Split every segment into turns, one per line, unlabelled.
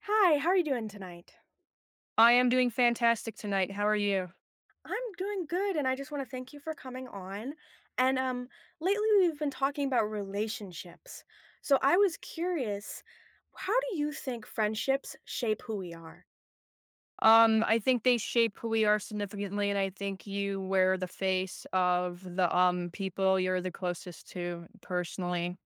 Hi, how are you doing tonight?
I am doing fantastic tonight. How are you?
I'm doing good, and I just want to thank you for coming on. And Lately we've been talking about relationships. So I was curious, how do you think friendships shape who we are?
I think they shape who we are significantly, and I think you wear the face of the people you're the closest to personally.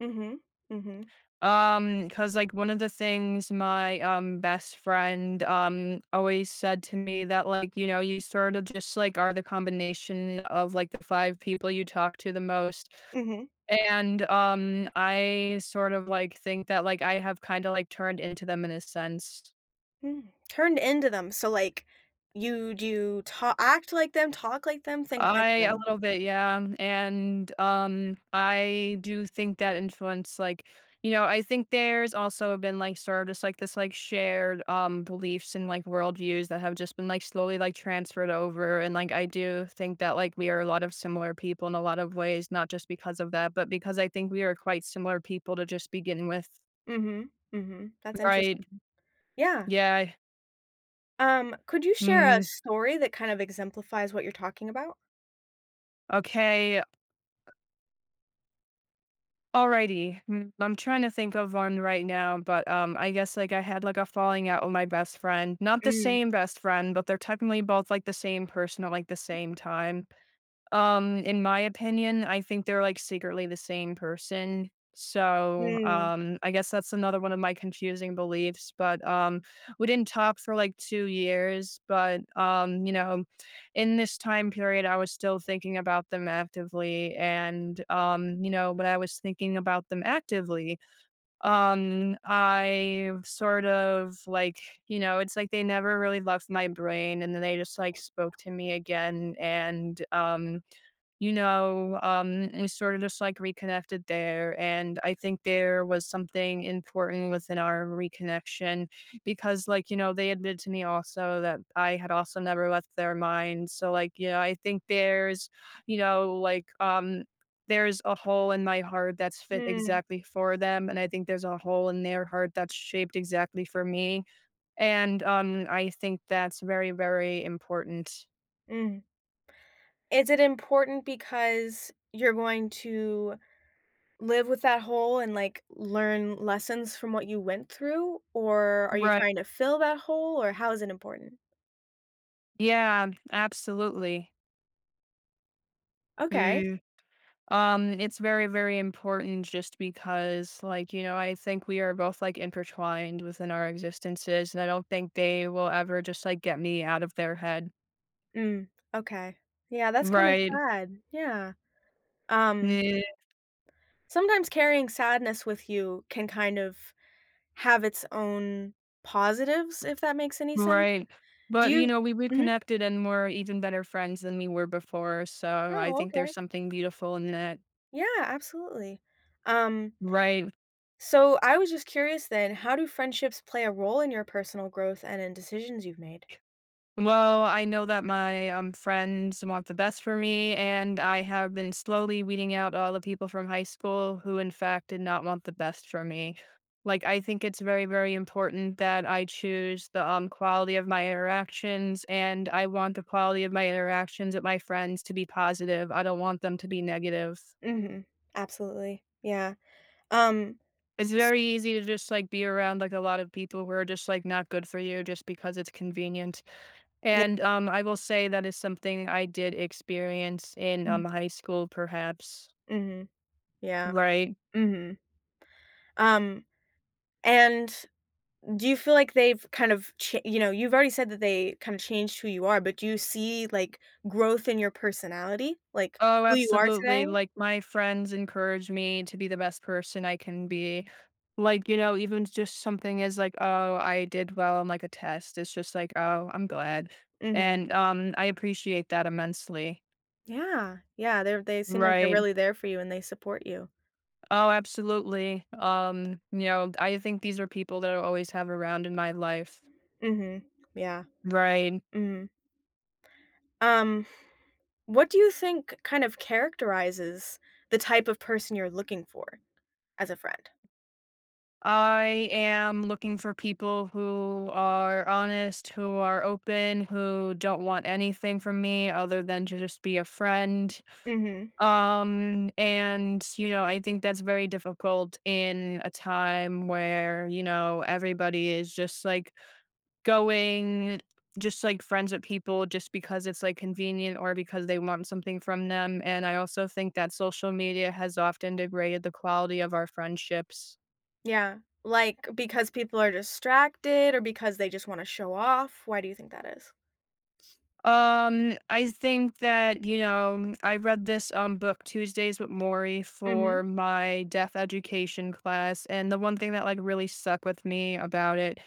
Mm-hmm. Mm-hmm.
Because like one of the things my best friend always said to me that like you know you sort of just like are the combination of like the five people you talk to the most.
Mm-hmm.
And I sort of like think that like I have kind of like turned into them in a sense.
Mm. Turned into them. So like you do you talk act like them, talk like them, think like
I a
them.
little bit, yeah, and, I do think that influence, like you know, I think there's also been, like, sort of just, like, this, like, shared, beliefs and, like, worldviews that have just been, like, slowly, like, transferred over, and, like, I do think that, like, we are a lot of similar people in a lot of ways, not just because of that, but because I think we are quite similar people to just begin with.
Mm-hmm. Mm-hmm. That's
Right.
interesting. Yeah.
Yeah.
Could you share a
Mm,
story that kind of exemplifies what you're talking about?
okay. Alrighty. Mm, I'm trying to think of one right now, but I guess like I had like a falling out with my best friend. Not the
Mm,
same best friend, but they're technically both like the same person at like the same time. In my opinion, I think they're, like, secretly the same person. So,
mm,
I guess that's another one of my confusing beliefs, but, we didn't talk for, like, 2 years, but, you know, in this time period, I was still thinking about them actively and, you know, when I was thinking about them actively, I sort of, like, you know, it's like they never really left my brain, and then they just, like, spoke to me again, and, you know, and we sort of just like reconnected there. And I think there was something important within our reconnection because, like, you know, they admitted to me also that I had also never left their mind. So, like, you know, I think there's, you know, like, there's a hole in my heart that's fit
mm.
exactly for them. And I think there's a hole in their heart that's shaped exactly for me. And I think that's very, very important.
Mm. Is it important because you're going to live with that hole and, like, learn lessons from what you went through, or are you
Right.
trying to fill that hole, or how is it important?
Yeah, absolutely.
Okay.
Mm, it's very, very important just because, like, you know, I think we are both like intertwined within our existences, and I don't think they will ever just like get me out of their head.
Mm, okay. Yeah, that's kind of
Right.
sad, yeah. Um,
Yeah,
Sometimes carrying sadness with you can kind of have its own positives, if that makes any sense.
right.
Do
But you
you
know, we
Mhm.
reconnected and we're even better friends than we were before. So I
Oh,
think there's
okay.
something beautiful in that.
Yeah, absolutely. Um.
Right.
So I was just curious then, how do friendships play a role in your personal growth and in decisions you've made?
Well, I know that my friends want the best for me, and I have been slowly weeding out all the people from high school who, in fact, did not want the best for me. Like, I think it's very, very important that I choose the quality of my interactions, and I want the quality of my interactions with my friends to be positive. I don't want them to be negative.
Mhm. Absolutely. Yeah. Um,
It's very easy to just like be around like a lot of people who are just like not good for you just because it's convenient.
yeah.
And I will say that is something I did experience in
Mhm.
high school, perhaps.
Mhm. Yeah.
Right.
Mhm. Um, and do you feel like they've, you've already said that they kind of changed who you are, but do you see, like, growth in your personality? Like,
Oh,
who you are today?
absolutely. Like my friends encourage me to be the best person I can be. Like, you know, even just something is like, oh, I did well on like a test. It's just like, oh, I'm glad.
Mhm.
And I appreciate that immensely.
Yeah. Yeah, they seem like they're
Right.
really there for you and they support you.
Oh, absolutely. You know, I think these are people that I always have around in my life.
Mhm. Yeah.
Right.
Mhm. Um. What do you think kind of characterizes the type of person you're looking for as a friend?
I am looking for people who are honest, who are open, who don't want anything from me other than to just be a friend.
Mhm.
And you know, I think that's very difficult in a time where, you know, everybody is just like going just like friends with people just because it's like convenient or because they want something from them. And I also think that social media has often degraded the quality of our friendships.
Yeah. Like, because people are distracted or because they just wanna show off? Why do you think that is?
I think that, you know, I read this book Tuesdays with Maury
Mhm.
for my deaf education class, and the one thing that like really stuck with me about it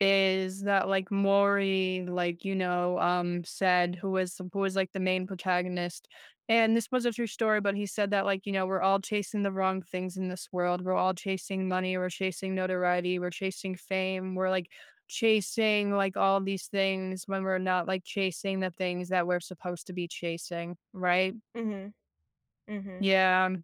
is that like Maury, like, you know, said who was like the main protagonist. And this was a true story, but he said that like, you know, we're all chasing the wrong things in this world. We're all chasing money, we're chasing notoriety, we're chasing fame, we're like chasing, like, all these things when we're not, like, chasing the things that we're supposed to be chasing, right?
Mhm. Mhm.
Yeah.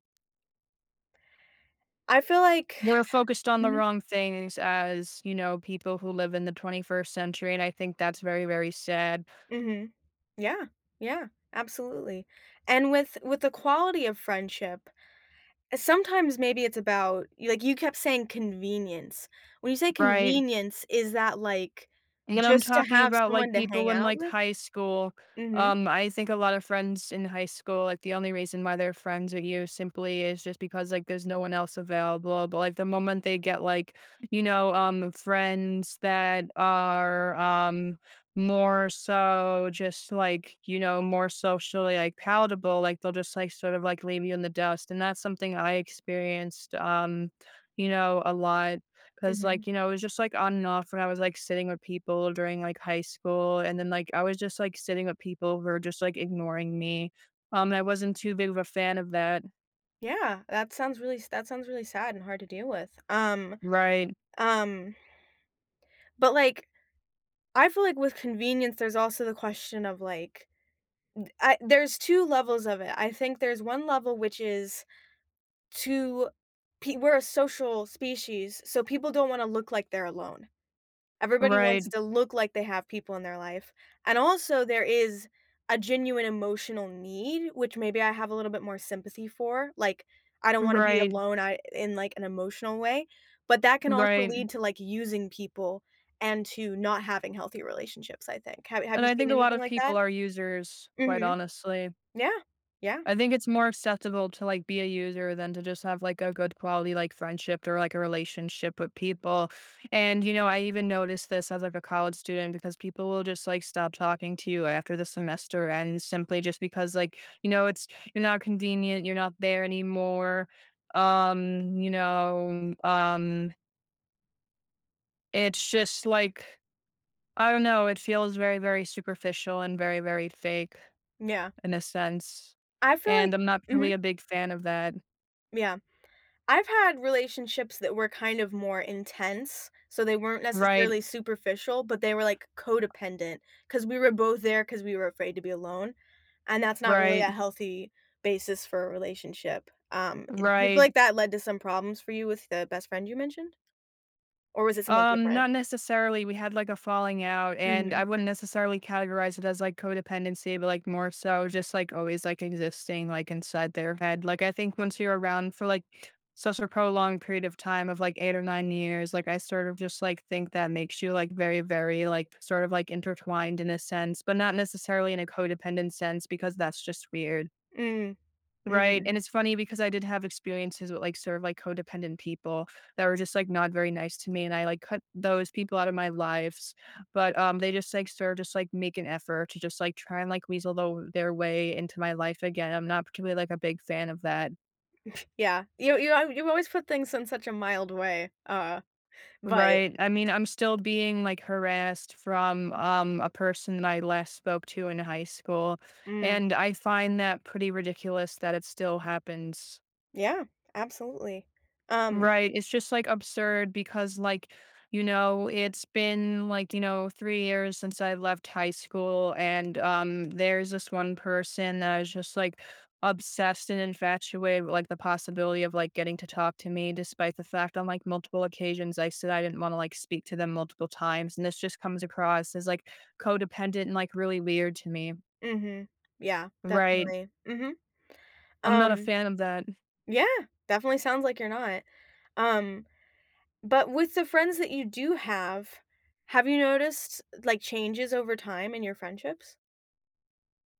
I feel like
We're focused on the
Mhm.
wrong things as, you know, people who live in the 21st century, and I think that's very, very sad.
Mhm. Yeah, yeah, absolutely. And with the quality of friendship, eh, sometimes maybe it's about like you kept saying convenience. When you say
Right.
convenience, is that like
And I'm
just to
talking
have
about, like,
someone to hang
people in,
out
like,
with?
high school.
Mhm,
I think a lot of friends in high school, like, the only reason why they're friends with you simply is just because, like, there's no one else available, but, like, the moment they get, like, you know, friends that are, more so just, like, you know, more socially, like, palatable, like, they'll just, like, sort of, like, leave you in the dust, and that's something I experienced, you know, a lot. 'Cause,
mhm.
like, you know, it was just, like, on and off when I was, like, sitting with people during, like, high school, and then, like, I was just, like, sitting with people who were just, like, ignoring me. And I wasn't too big of a fan of that.
Yeah, that sounds really sad and hard to deal with.
Right.
Um, but like I feel like with convenience, there's also the question of like I there's 2 levels of it. I think there's one level which is To pe we're a social species, so people don't wanna look like they're alone. Everybody
Right.
wants to look like they have people in their life, and also there is a genuine emotional need, which maybe I have a little bit more sympathy for, like, I don't wanna be
Right.
alone, I in, like, an emotional way, but that can also
Right.
lead to, like, using people and to not having healthy relationships, I think. Have
And
you
I
seen
think a lot
anything
of
like
people
that?
are users, quite
Mhm.
honestly.
Yeah. Yeah.
I think it's more acceptable to like be a user than to just have like a good quality like friendship or like a relationship with people. And you know, I even noticed this as like a college student because people will just like stop talking to you after the semester ends simply just because like, you know, it's you're not convenient, you're not there anymore. Um, you know, um it's just like I don't know, it feels very very superficial and very very fake
Yeah.
in a sense.
I feel like
And I'm not
Mhm.
really a big fan of that.
Yeah. I've had relationships that were kind of more intense, so they weren't
Right,
necessarily superficial, but they were, like, codependent because we were both there because we were afraid to be alone, and that's not really a
right,
healthy basis for a relationship. Do you feel
right.
like that led to some problems for you with the best friend you mentioned? Or was it something different?
Not necessarily. We had like a falling out, and I
Mhm.
wouldn't necessarily categorize it as like codependency, but like more so just like always like existing like inside their head. Like I think once you're around for like such a prolonged period of time of like 8 or 9 years, like I sort of just like think that makes you like very, very like sort of like intertwined in a sense, but not necessarily in a codependent sense because that's just weird.
Mm,
Right, and
mhm.
it's funny because I did have experiences with, like, sort of, like, codependent people that were just, like, not very nice to me, and I, like, cut those people out of my lives, but, they just, like, sort of just, like, make an effort to just, like, try and, like, weasel tho their way into my life again. I'm not particularly, like, a big fan of that.
Yeah. You always put things in such a mild way, but
Right, I mean, I'm still being, like, harassed from, a person that I last spoke to in high school,
mm,
and I find that pretty ridiculous that it still happens.
yeah, absolutely. Um.
Right. It's just like absurd because like, you know, it's been like, you know, 3 years since I left high school. And there's this one person that is just like obsessed and infatuated with like the possibility of like getting to talk to me despite the fact on like multiple occasions I said I didn't want to like speak to them multiple times. And this just comes across as like codependent and like really weird to me.
Mhm. Yeah,
Right.
definitely. Mhm.
I'm not a
Um,
fan of that.
yeah, definitely sounds like you're not. Um, but with the friends that you do have you noticed, like, changes over time in your friendships?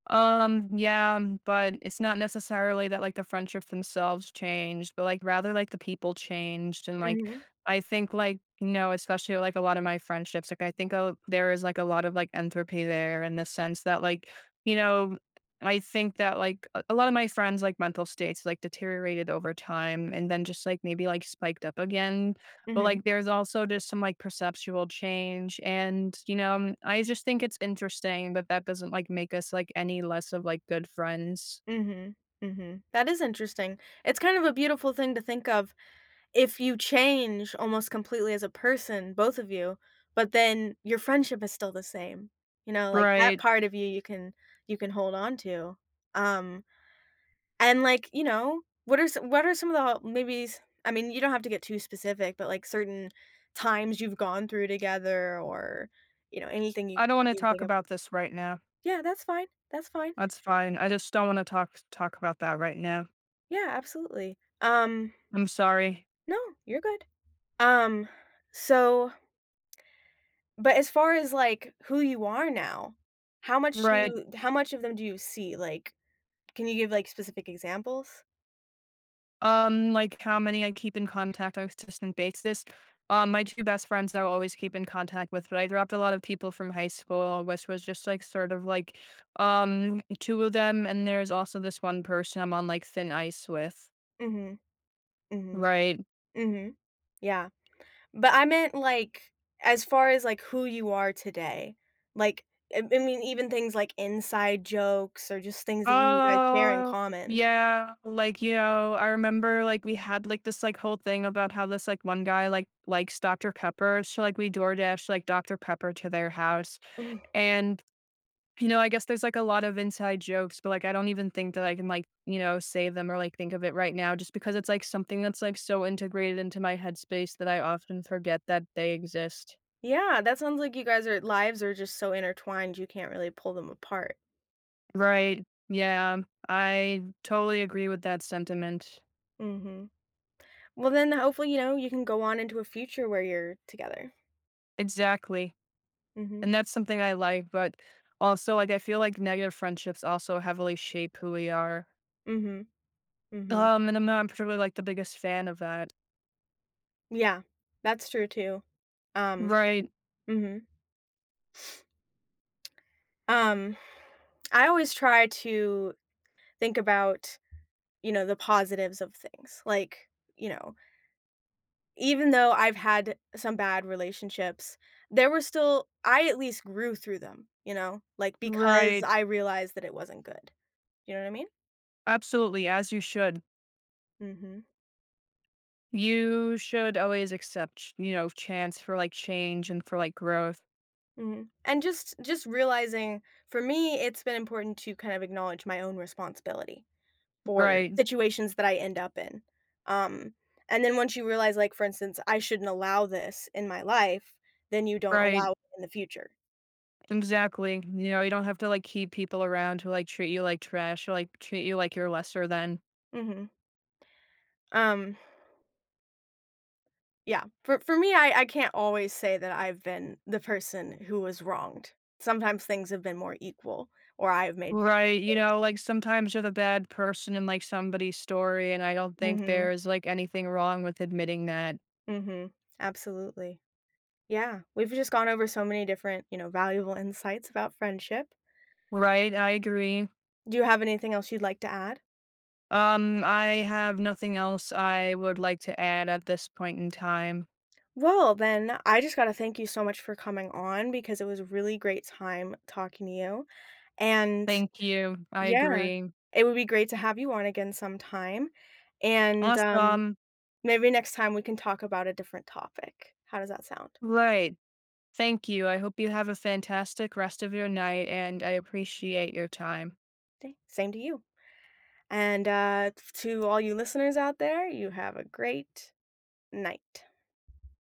Yeah, but it's not necessarily that like the friendships themselves changed, but like rather like the people changed and like
Mhm.
I think like you know, especially like a lot of my friendships, like I think there is like a lot of like entropy there in the sense that like you know, I think that like a lot of my friends like mental states like deteriorated over time and then just like maybe like spiked up again but,
Mhm.
like, there's also just some, like, perceptual change, and, you know, I just think it's interesting. But that doesn't, like, make us, like, any less of, like, good friends.
Mhm. Mhm. That is interesting. It's kind of a beautiful thing to think of if you change almost completely as a person, both of you, but then your friendship is still the same. You know, like, that
Right.
part of you, you can hold on to. Um. And, like, you know, what are some of the maybe s I mean, you don't have to get too specific, but, like, certain times you've gone through together or, you know, anything you
I don't wanna
you
talk
think of.
about this right now.
Yeah, that's fine, that's fine.
That's fine. I just don't wanna talk about that right now.
Yeah, absolutely.
I'm sorry.
No, you're good. Um, so but as far as, like, who you are now,
Right.
how much of them do you see? Like, can you give, like, specific examples?
Like how many I keep in contact on a consistent basis. My two best friends I always keep in contact with, but I dropped a lot of people from high school, which was just like sort of like two of them, and there's also this one person I'm on like thin ice with.
Mhm, mhm,
Right.
mhm. Yeah, but I meant, like, as far as, like, who you are today, like, I mean, even things like inside jokes or just things that you guys share in
Oh
common.
yeah. Like, you know, I remember like we had like this like whole thing about how this like one guy like likes Dr. Pepper. So like we DoorDash like Dr. Pepper to their house.
Mm.
And you know, I guess there's, like, a lot of inside jokes, but, like, I don't even think that I can, like, you know, say them or, like, think of it right now just because it's, like, something that's, like, so integrated into my headspace that I often forget that they exist.
Yeah, that sounds like you guys are lives are just so intertwined, you can't really pull them apart.
Right. Yeah. I totally agree with that sentiment.
Mhm. Well, then hopefully, you know, you can go on into a future where you're together.
Exactly.
Mhm,
And that's something I like, but also, like, I feel like negative friendships also heavily shape who we are.
mhm. Mhm.
And I'm not particularly, like, the biggest fan of that.
Yeah, that's true too. Um,
Right.
mhm. Um, I always try to think about, you know, the positives of things. Like, you know, even though I've had some bad relationships, there were still I at least grew through them, you know? Like, because
Right.
I realized that it wasn't good. You know what I mean?
Absolutely, as you should.
Mhm.
You should always accept, you know, chance for like change and for like growth.
Mhm. And just realizing for me, it's been important to kind of acknowledge my own responsibility for
Right.
situations that I end up in. Um, and then once you realize, like, for instance, I shouldn't allow this in my life, then you don't
Right.
allow it in the future.
Exactly. You know, you don't have to like keep people around who like treat you like trash or like treat you like you're lesser than.
Mhm. Um, yeah. For me, I can't always say that I've been the person who was wronged. Sometimes things have been more equal or I've made
Right. You know, like sometimes you're the bad person in like somebody's story, and I don't think
Mhm.
there's like anything wrong with admitting that.
Mhm. Absolutely. Yeah. We've just gone over so many different, you know, valuable insights about friendship.
Right. I agree.
Do you have anything else you'd like to add?
I have nothing else I would like to add at this point in time.
Well, then, I just gotta thank you so much for coming on because it was a really great time talking to you, and
Thank you. I
yeah,
agree.
it would be great to have you on again sometime, and,
Awesome.
maybe next time we can talk about a different topic. How does that sound?
Right. Thank you. I hope you have a fantastic rest of your night and I appreciate your time.
Thank same to you, and, to all you listeners out there, you have a great night.